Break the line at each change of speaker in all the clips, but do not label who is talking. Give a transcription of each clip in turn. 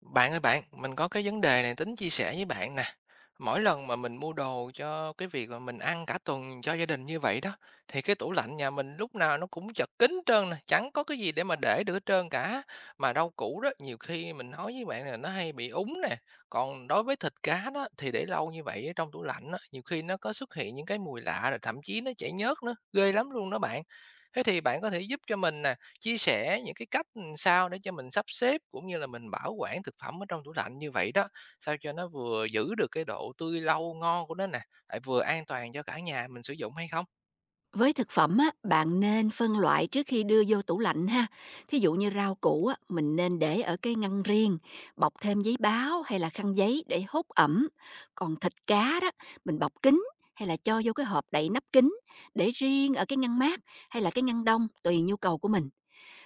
Bạn ơi bạn, mình có cái vấn đề này tính chia sẻ với bạn nè. Mỗi lần mà mình mua đồ cho cái việc mà mình ăn cả tuần cho gia đình như vậy đó, thì cái tủ lạnh nhà mình lúc nào nó cũng chật kín hết trơn nè, chẳng có cái gì để mà để được hết trơn cả. Mà rau củ đó, nhiều khi mình nói với bạn là nó hay bị úng nè. Còn đối với thịt cá đó, thì để lâu như vậy ở trong tủ lạnh á, nhiều khi nó có xuất hiện những cái mùi lạ rồi thậm chí nó chảy nhớt nữa, ghê lắm luôn đó bạn. Thế thì bạn có thể giúp cho mình nè, chia sẻ những cái cách sao để cho mình sắp xếp cũng như là mình bảo quản thực phẩm ở trong tủ lạnh như vậy đó, sao cho nó vừa giữ được cái độ tươi lâu ngon của nó nè, lại vừa an toàn cho cả nhà mình sử dụng hay không?
Với thực phẩm á, bạn nên phân loại trước khi đưa vô tủ lạnh ha. Thí dụ như rau củ á, mình nên để ở cái ngăn riêng, bọc thêm giấy báo hay là khăn giấy để hút ẩm. Còn thịt cá đó, mình bọc kín hay là cho vô cái hộp đậy nắp kín để riêng ở cái ngăn mát hay là cái ngăn đông tùy nhu cầu của mình.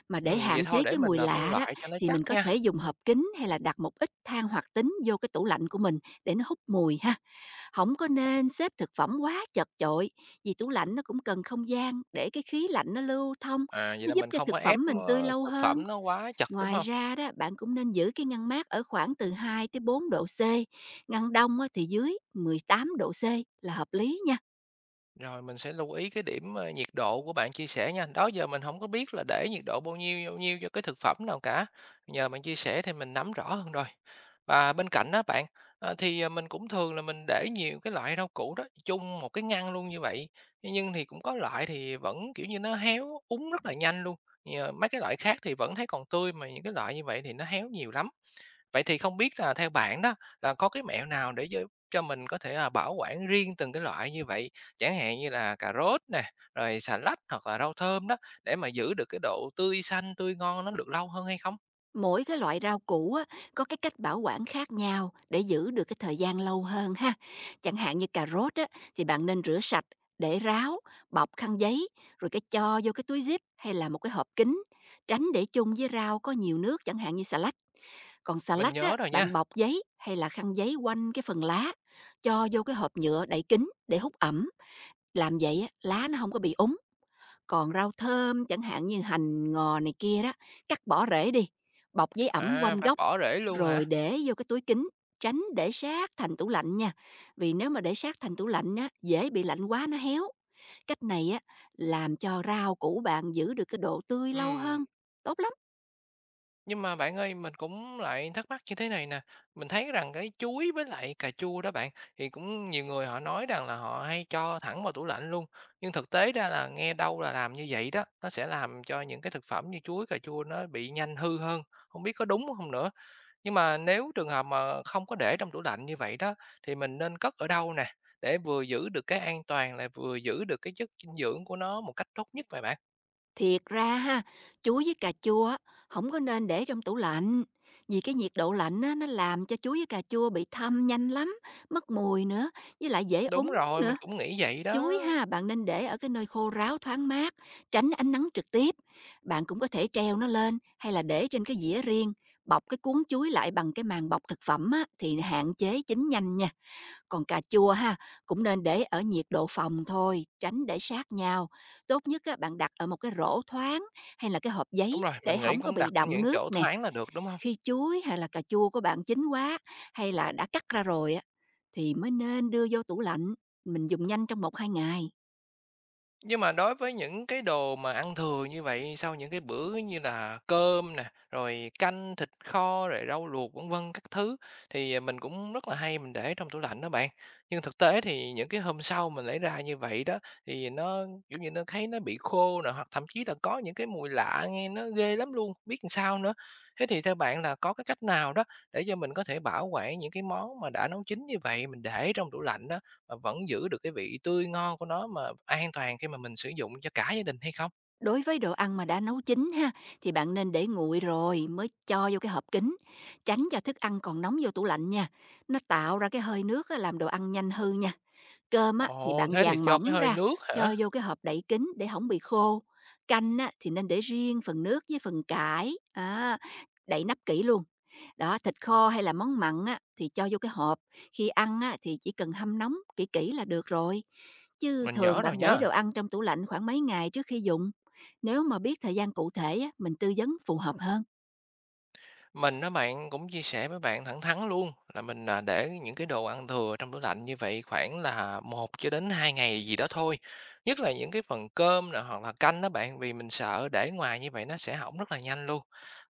Mà để
Vậy
hạn
thôi
chế
để
cái
mình,
mùi
phân
lạ đó
loại cho nó
thì
chắc
mình có thể
nha.
dùng hộp kín hay là đặt một ít than hoạt tính vô cái tủ lạnh của mình để nó hút mùi ha, không có nên xếp thực phẩm quá chật chội, vì tủ lạnh nó cũng cần không gian để cái khí lạnh nó lưu thông,
À, vậy
nó
là
giúp
mình
cho
không có
thực
ép,
phẩm mình tươi lâu
thực phẩm
hơn.
nó quá chật, đúng
Ngoài
không?
ra đó, bạn cũng nên giữ cái ngăn mát ở khoảng từ 2 tới 4°C, ngăn đông á thì dưới 18°C là hợp lý nha.
Rồi mình sẽ lưu ý cái điểm, nhiệt độ của bạn chia sẻ nha. Đó giờ mình không có biết là để nhiệt độ bao nhiêu cho cái thực phẩm nào cả, nhờ bạn chia sẻ thì mình nắm rõ hơn rồi. Và bên cạnh đó bạn, mình cũng thường là mình để nhiều cái loại rau củ đó chung một cái ngăn luôn như vậy, nhưng thì cũng có loại thì vẫn, kiểu như, nó héo, úng rất là nhanh luôn, nhờ mấy cái loại khác thì vẫn thấy còn tươi mà những cái loại như vậy thì nó héo nhiều lắm. Vậy thì không biết là theo bạn đó là có cái mẹo nào để cho mình có thể là bảo quản riêng từng cái loại như vậy, chẳng hạn như là cà rốt nè, rồi xà lách hoặc là rau thơm đó, để mà giữ được cái độ tươi xanh, tươi ngon nó được lâu hơn hay không?
Mỗi cái loại rau củ á, có cái cách bảo quản khác nhau để giữ được cái thời gian lâu hơn ha. Chẳng hạn như cà rốt á, thì bạn nên rửa sạch, để ráo, bọc khăn giấy, rồi cái cho vô cái túi zip hay là một cái hộp kính. Tránh để chung với rau có nhiều nước, chẳng hạn như xà lách. Còn xà
Mình
lách á,
nhớ rồi nha.
bạn bọc giấy hay là khăn giấy quanh cái phần lá, cho vô cái hộp nhựa đậy kín để hút ẩm. Làm vậy á, lá nó không có bị úng. Còn rau thơm chẳng hạn như hành, ngò này kia đó, cắt bỏ rễ đi, bọc giấy ẩm quanh
À, phải
gốc,
bỏ rễ luôn
rồi
hả?
để vô cái túi kín, tránh để sát thành tủ lạnh nha. Vì nếu mà để sát thành tủ lạnh á, dễ bị lạnh quá nó héo. Cách này á, làm cho rau củ bạn giữ được cái độ tươi lâu
Ừm.
hơn. Tốt lắm!
Nhưng mà bạn ơi, mình cũng lại thắc mắc như thế này nè, mình thấy rằng cái chuối với lại cà chua đó bạn, thì cũng nhiều người họ nói rằng là họ hay cho thẳng vào tủ lạnh luôn, nhưng thực tế ra là nghe đâu là làm như vậy đó, nó sẽ làm cho những cái thực phẩm như chuối, cà chua nó bị nhanh hư hơn, không biết có đúng không nữa. Nhưng mà nếu trường hợp mà không có để trong tủ lạnh như vậy đó, thì mình nên cất ở đâu nè, để vừa giữ được cái an toàn lại vừa giữ được cái chất dinh dưỡng của nó một cách tốt nhất vậy bạn?
Thiệt ra ha, chuối với cà chua á, hổng có nên để trong tủ lạnh, vì cái nhiệt độ lạnh á, nó làm cho chuối với cà chua bị thâm nhanh lắm, mất mùi nữa, với lại dễ
Đúng
úng
rồi,
nữa.
mình cũng nghĩ vậy đó.
Chuối ha, bạn nên để ở cái nơi khô ráo thoáng mát, tránh ánh nắng trực tiếp. Bạn cũng có thể treo nó lên hay là để trên cái dĩa riêng, bọc cái cuốn chuối lại bằng cái màng bọc thực phẩm á, thì hạn chế chín nhanh nha. Còn cà chua ha, cũng nên để ở nhiệt độ phòng thôi, tránh để sát nhau. Tốt nhất á, bạn đặt ở một cái rổ thoáng hay là cái hộp
Đúng
giấy
rồi,
để
mình nghĩ
không có
cũng
bị
đặt ở
đọng
những
nước
chỗ
nè.
thoáng là được, đúng không?
Khi chuối hay là cà chua của bạn chín quá hay là đã cắt ra rồi á, thì mới nên đưa vô tủ lạnh. Mình dùng nhanh trong một hai ngày.
Nhưng mà đối với những cái đồ mà ăn thừa như vậy sau những cái bữa như là cơm nè, rồi canh, thịt kho, rồi rau luộc, vân vân các thứ, thì mình cũng rất là hay mình để trong tủ lạnh đó bạn. Nhưng thực tế thì những cái hôm sau mình lấy ra như vậy đó, thì nó, kiểu như, nó thấy nó bị khô nè, hoặc thậm chí là có những cái mùi lạ nghe nó ghê lắm luôn, không biết làm sao nữa. Thế thì theo bạn là có cái cách nào đó để cho mình có thể bảo quản những cái món mà đã nấu chín như vậy, mình để trong tủ lạnh đó. Và vẫn giữ được cái vị tươi ngon của nó mà an toàn khi mà mình sử dụng cho cả gia đình hay không?
Đối với đồ ăn mà đã nấu chín ha, thì bạn nên để nguội rồi mới cho vô cái hộp kín, tránh cho thức ăn còn nóng vô tủ lạnh nha. Nó tạo ra cái hơi nước á, làm đồ ăn nhanh hư nha. Cơm á, thì
Ồ,
bạn
thế thì
dàn
cho cái
mỏng
hơi
ra,
nước hả?
cho vô cái hộp đậy kín để không bị khô. Canh á, thì nên để riêng phần nước với phần cải, à, đậy nắp kỹ luôn. Đó, thịt kho hay là món mặn á, thì cho vô cái hộp, khi ăn á, thì chỉ cần hâm nóng kỹ kỹ là được rồi. Chứ
Mình
thường
nhớ rồi
bạn để
nhá.
đồ ăn trong tủ lạnh khoảng mấy ngày trước khi dùng. Nếu mà biết thời gian cụ thể á, mình tư vấn phù hợp hơn.
Mình á bạn, cũng chia sẻ với bạn thẳng thắn luôn là mình, để những cái đồ ăn thừa trong tủ lạnh như vậy khoảng là một cho đến 2 ngày gì đó thôi. Nhất là những cái phần cơm nè hoặc là canh đó bạn, vì mình sợ để ngoài như vậy nó sẽ hỏng rất là nhanh luôn.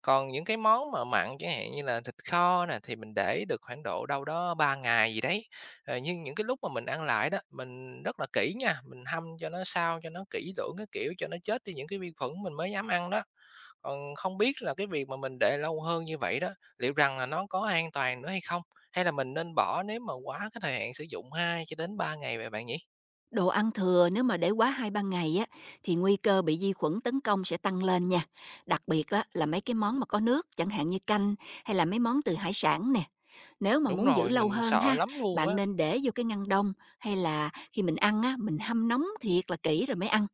Còn những cái món mà mặn chẳng hạn như là thịt kho nè, thì mình để được khoảng độ đâu đó 3 ngày gì đấy. Ờ, nhưng những cái lúc mà mình ăn lại đó, mình rất là kỹ nha, mình hâm cho nó sao cho nó kỹ lưỡng cái kiểu, cho nó chết đi những cái vi khuẩn mình mới dám ăn đó. Còn không biết là cái việc mà mình để lâu hơn như vậy đó, liệu rằng là nó có an toàn nữa hay không? Hay là mình nên bỏ nếu mà quá cái thời hạn sử dụng 2 cho đến ba ngày vậy bạn nhỉ?
Đồ ăn thừa nếu mà để quá 2 3 ngày á, thì nguy cơ bị vi khuẩn tấn công sẽ tăng lên nha. Đặc biệt á, là mấy cái món mà có nước, chẳng hạn như canh hay là mấy món từ hải sản nè. Nếu mà
Đúng
muốn giữ
rồi,
lâu
mình
hơn
sợ
ha,
lắm luôn á.
bạn nên để vô cái ngăn đông hay là khi mình ăn á, mình hâm nóng thiệt là kỹ rồi mới ăn.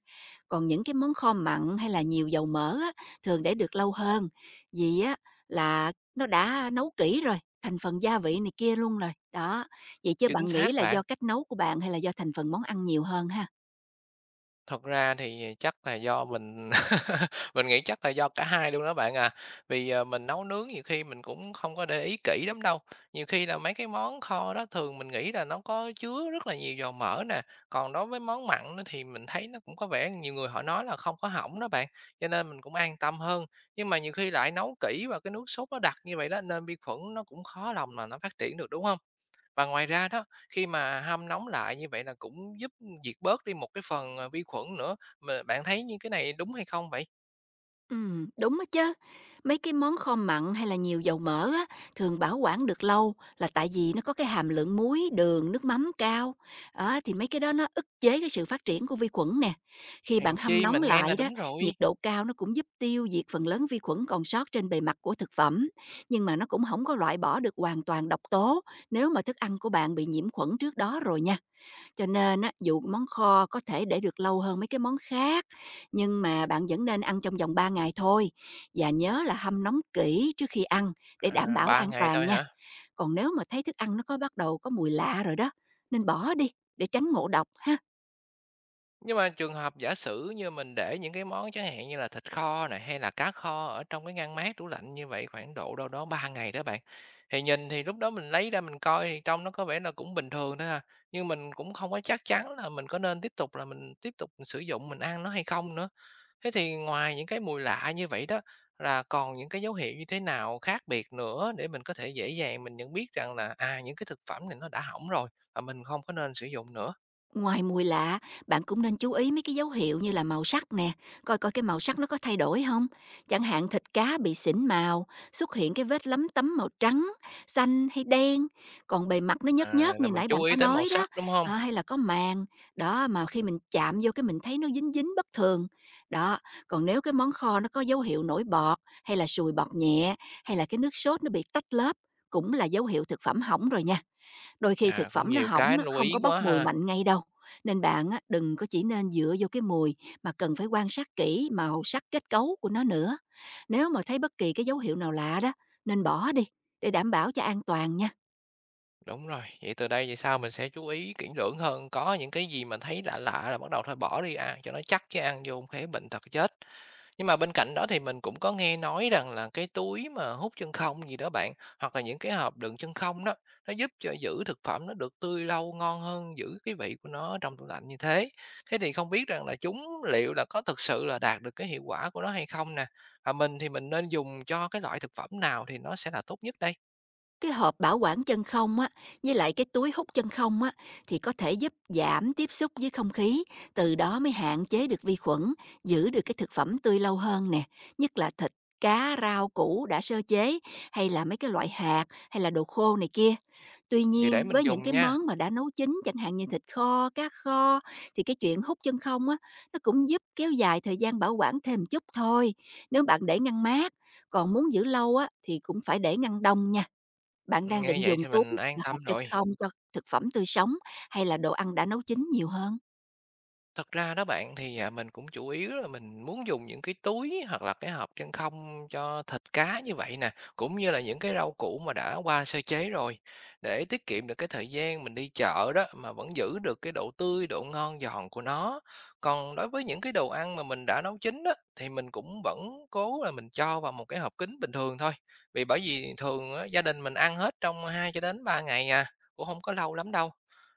Còn những cái món kho mặn hay là nhiều dầu mỡ á, thường để được lâu hơn, vì á là nó đã nấu kỹ rồi, thành phần gia vị này kia luôn rồi. Đó, vậy chứ
Chính
bạn nghĩ
xác
là
bạn.
do cách nấu của bạn hay là do thành phần món ăn nhiều hơn ha?
Thật ra thì chắc là do mình nghĩ chắc là do cả hai luôn đó bạn à. Vì, mình nấu nướng nhiều khi mình cũng không có để ý kỹ lắm đâu. Nhiều khi là mấy cái món kho đó thường mình nghĩ là nó có chứa rất là nhiều dầu mỡ nè, còn đối với món mặn á thì mình thấy nó cũng có vẻ nhiều người họ nói là không có hỏng đó bạn, cho nên mình cũng an tâm hơn. Nhưng mà nhiều khi lại nấu kỹ và cái nước sốt nó đặc như vậy đó, nên vi khuẩn nó cũng khó lòng mà nó phát triển được, đúng không? Và ngoài ra đó, khi mà hâm nóng lại như vậy là cũng giúp diệt bớt đi một cái phần, vi khuẩn nữa, mà bạn thấy như cái này đúng hay không vậy?
Đúng á chứ. Mấy cái món kho mặn hay là nhiều dầu mỡ á, thường bảo quản được lâu là tại vì nó có cái hàm lượng muối, đường, nước mắm cao. Á, thì mấy cái đó nó ức chế cái sự phát triển của vi khuẩn nè. Khi bạn
Hèn
hâm
chi
nóng
mình nghe
lại
là
đó,
đúng rồi.
nhiệt độ cao nó cũng giúp tiêu diệt phần lớn vi khuẩn còn sót trên bề mặt của thực phẩm. Nhưng mà nó cũng không có loại bỏ được hoàn toàn độc tố nếu mà thức ăn của bạn bị nhiễm khuẩn trước đó rồi nha. Cho nên á, dù món kho có thể để được lâu hơn mấy cái món khác, nhưng mà bạn vẫn nên ăn trong vòng 3 ngày thôi. Và nhớ là hâm nóng kỹ trước khi ăn để đảm
À,
bảo
3
an
ngày
toàn
thôi
nha.
hả?
Còn nếu mà thấy thức ăn nó có bắt đầu có mùi lạ rồi đó, nên bỏ đi để tránh ngộ độc ha.
Nhưng mà trường hợp giả sử như mình để những cái món chẳng hạn như là thịt kho này hay là cá kho ở trong cái ngăn mát tủ lạnh như vậy khoảng độ đâu đó 3 ngày đó bạn, thì nhìn thì lúc đó mình lấy ra mình coi thì trong nó có vẻ là cũng bình thường thôi ha, nhưng mình cũng không có chắc chắn là mình có nên tiếp tục là mình tiếp tục sử dụng mình ăn nó hay không nữa. Thế thì ngoài những cái mùi lạ như vậy đó, là còn những cái dấu hiệu như thế nào khác biệt nữa để mình có thể dễ dàng mình nhận biết rằng là, à, những cái thực phẩm này nó đã hỏng rồi và mình không có nên sử dụng nữa?
Ngoài mùi lạ, bạn cũng nên chú ý mấy cái dấu hiệu như là màu sắc nè, coi coi cái màu sắc nó có thay đổi không. Chẳng hạn thịt cá bị xỉn màu, xuất hiện cái vết lấm tấm màu trắng, xanh hay đen, còn bề mặt nó nhớt
À,
nhớt
là
như
mình
nãy bạn
chú
có
ý tới màu
nói đó,
sắc, đúng không?
à, hay là có màng. Đó, mà khi mình chạm vô cái mình thấy nó dính dính bất thường. Đó, còn nếu cái món kho nó có dấu hiệu nổi bọt, hay là sùi bọt nhẹ, hay là cái nước sốt nó bị tách lớp, cũng là dấu hiệu thực phẩm hỏng rồi nha. Đôi khi thực
À, cũng
phẩm nó
nhiều
hỏng
cái
nó
lưu
không có
ý
bốc
quá
mùi
ha.
mạnh ngay đâu, nên bạn á, đừng có chỉ nên dựa vô cái mùi mà cần phải quan sát kỹ màu sắc kết cấu của nó nữa. Nếu mà thấy bất kỳ cái dấu hiệu nào lạ đó, nên bỏ đi để đảm bảo cho an toàn nha.
Đúng rồi, vậy từ đây về sau mình sẽ chú ý kỹ lưỡng hơn, có những cái gì mà thấy lạ lạ là bắt đầu thôi bỏ đi ăn cho nó chắc chứ ăn vô không khéo bệnh tật chết. Nhưng mà bên cạnh đó thì mình cũng có nghe nói rằng là cái túi mà hút chân không gì đó bạn, hoặc là những cái hộp đựng chân không đó, nó giúp cho giữ thực phẩm nó được tươi lâu, ngon hơn, giữ cái vị của nó trong tủ lạnh như thế. Thế thì không biết rằng là chúng liệu là có thực sự là đạt được cái hiệu quả của nó hay không nè? Và mình thì mình nên dùng cho cái loại thực phẩm nào thì nó sẽ là tốt nhất đây?
Cái hộp bảo quản chân không á, với lại cái túi hút chân không á, thì có thể giúp giảm tiếp xúc với không khí, từ đó mới hạn chế được vi khuẩn, giữ được cái thực phẩm tươi lâu hơn nè, nhất là thịt, cá, rau củ đã sơ chế hay là mấy cái loại hạt hay là đồ khô này kia. Tuy
Vậy để
nhiên,
mình
với những
dùng
cái
nha.
món mà đã nấu chín, chẳng hạn như thịt kho, cá kho, thì cái chuyện hút chân không á, nó cũng giúp kéo dài thời gian bảo quản thêm chút thôi, nếu bạn để ngăn mát. Còn muốn giữ lâu á, thì cũng phải để ngăn đông nha. Bạn đang
Nghe
định
vậy
dùng
thì
túi
mình an
là
tâm
hộp chân
rồi.
không cho thực phẩm tươi sống hay là đồ ăn đã nấu chín nhiều hơn?
Thật ra đó bạn thì, mình cũng chủ yếu là mình muốn dùng những cái túi hoặc là cái hộp chân không cho thịt cá như vậy nè, cũng như là những cái rau củ mà đã qua sơ chế rồi, để tiết kiệm được cái thời gian mình đi chợ đó, mà vẫn giữ được cái độ tươi, độ ngon giòn của nó. Còn đối với những cái đồ ăn mà mình đã nấu chín đó thì mình cũng vẫn cố là mình cho vào một cái hộp kín bình thường thôi, vì bởi vì thường á, gia đình mình ăn hết trong 2 cho đến 3 ngày à, cũng không có lâu lắm đâu.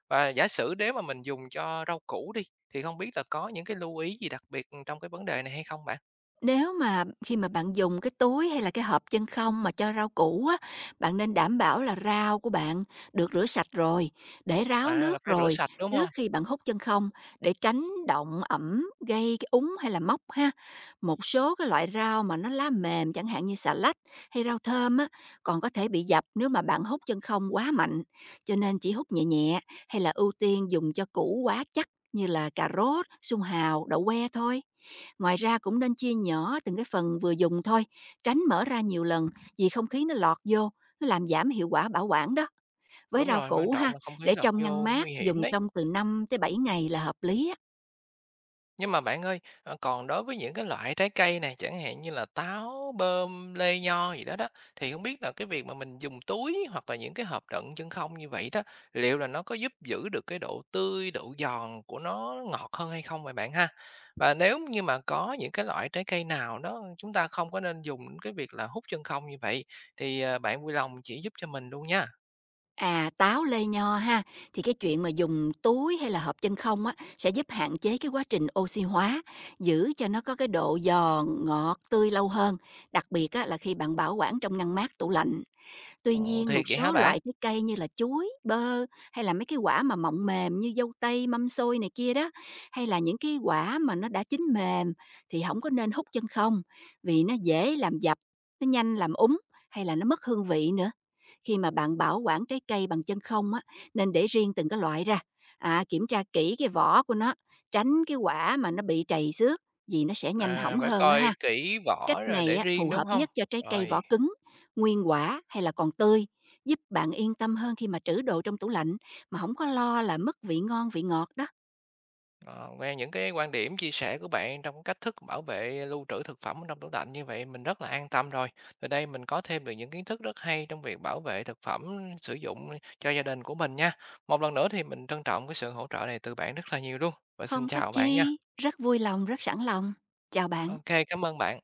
Và giả sử nếu mà mình dùng cho rau củ đi, thì không biết là có những cái lưu ý gì đặc biệt, trong cái vấn đề này hay không bạn?
Nếu mà khi mà bạn dùng cái túi hay là cái hộp chân không mà cho rau củ á, bạn nên đảm bảo là rau của bạn được rửa sạch rồi, để ráo
À, là
nước
phải rửa
rồi
sạch, đúng không?
trước khi bạn hút chân không để tránh động ẩm gây cái úng hay là mốc ha. Một số cái loại rau mà nó lá mềm chẳng hạn như xà lách hay rau thơm á, còn có thể bị dập nếu mà bạn hút chân không quá mạnh. Cho nên chỉ hút nhẹ nhẹ hay là ưu tiên dùng cho củ quá chắc như là cà rốt, sung hào, đậu que thôi. Ngoài ra cũng nên chia nhỏ từng cái phần vừa dùng thôi, tránh mở ra nhiều lần vì không khí nó lọt vô, nó làm giảm hiệu quả bảo quản đó. Với
Đúng
rau
rồi, quan
củ
trọng
ha,
là không khí
để
lọt
trong ngăn
vô
mát,
nguy hiểm
dùng
đấy.
trong từ 5 tới 7 ngày là hợp lý á.
Nhưng mà bạn ơi, còn đối với những cái loại trái cây này, chẳng hạn như là táo, bơm, lê, nho gì đó đó, thì không biết là cái việc mà mình dùng túi hoặc là những cái hộp đựng chân không như vậy đó, liệu là nó có giúp giữ được cái độ tươi, độ giòn của nó ngọt hơn hay không vậy bạn ha? Và nếu như mà có những cái loại trái cây nào đó chúng ta không có nên dùng đến cái việc là hút chân không như vậy, thì, bạn vui lòng chỉ giúp cho mình luôn nha.
À táo lê nho ha, thì cái chuyện mà dùng túi hay là hộp chân không á sẽ giúp hạn chế cái quá trình oxy hóa, giữ cho nó có cái độ giòn, ngọt, tươi lâu hơn, đặc biệt á, là khi bạn bảo quản trong ngăn mát tủ lạnh. Tuy
Ồ,
nhiên,
thiệt
một
vậy hả
số
bạn?
loại trái cây như là chuối, bơ hay là mấy cái quả mà mọng mềm như dâu tây, mâm xôi này kia đó, hay là những cái quả mà nó đã chín mềm thì không có nên hút chân không, vì nó dễ làm dập, nó nhanh làm úng, hay là nó mất hương vị nữa. Khi mà bạn bảo quản trái cây bằng chân không á, nên để riêng từng cái loại ra, à, kiểm tra kỹ cái vỏ của nó, tránh cái quả mà nó bị trầy xước vì nó sẽ nhanh
À,
hỏng
phải
hơn á
coi
ha.
kỹ
Cách
vỏ rồi
này
để
á,
riêng,
phù hợp
đúng không?
nhất cho trái cây
Rồi.
vỏ cứng, nguyên quả hay là còn tươi, giúp bạn yên tâm hơn khi mà trữ đồ trong tủ lạnh mà không có lo là mất vị ngon vị ngọt đó.
Ờ, nghe những cái quan điểm chia sẻ của bạn trong cách thức bảo vệ lưu trữ thực phẩm trong tủ lạnh như vậy mình rất là an tâm rồi. Từ đây mình có thêm được những kiến thức rất hay trong việc bảo vệ thực phẩm sử dụng cho gia đình của mình nha. Một lần nữa thì mình trân trọng cái sự hỗ trợ này từ bạn rất là nhiều luôn. Và xin
Không có
chào bạn nha.
chi, rất vui lòng, rất sẵn lòng. Chào bạn.
Ok, cảm ơn bạn.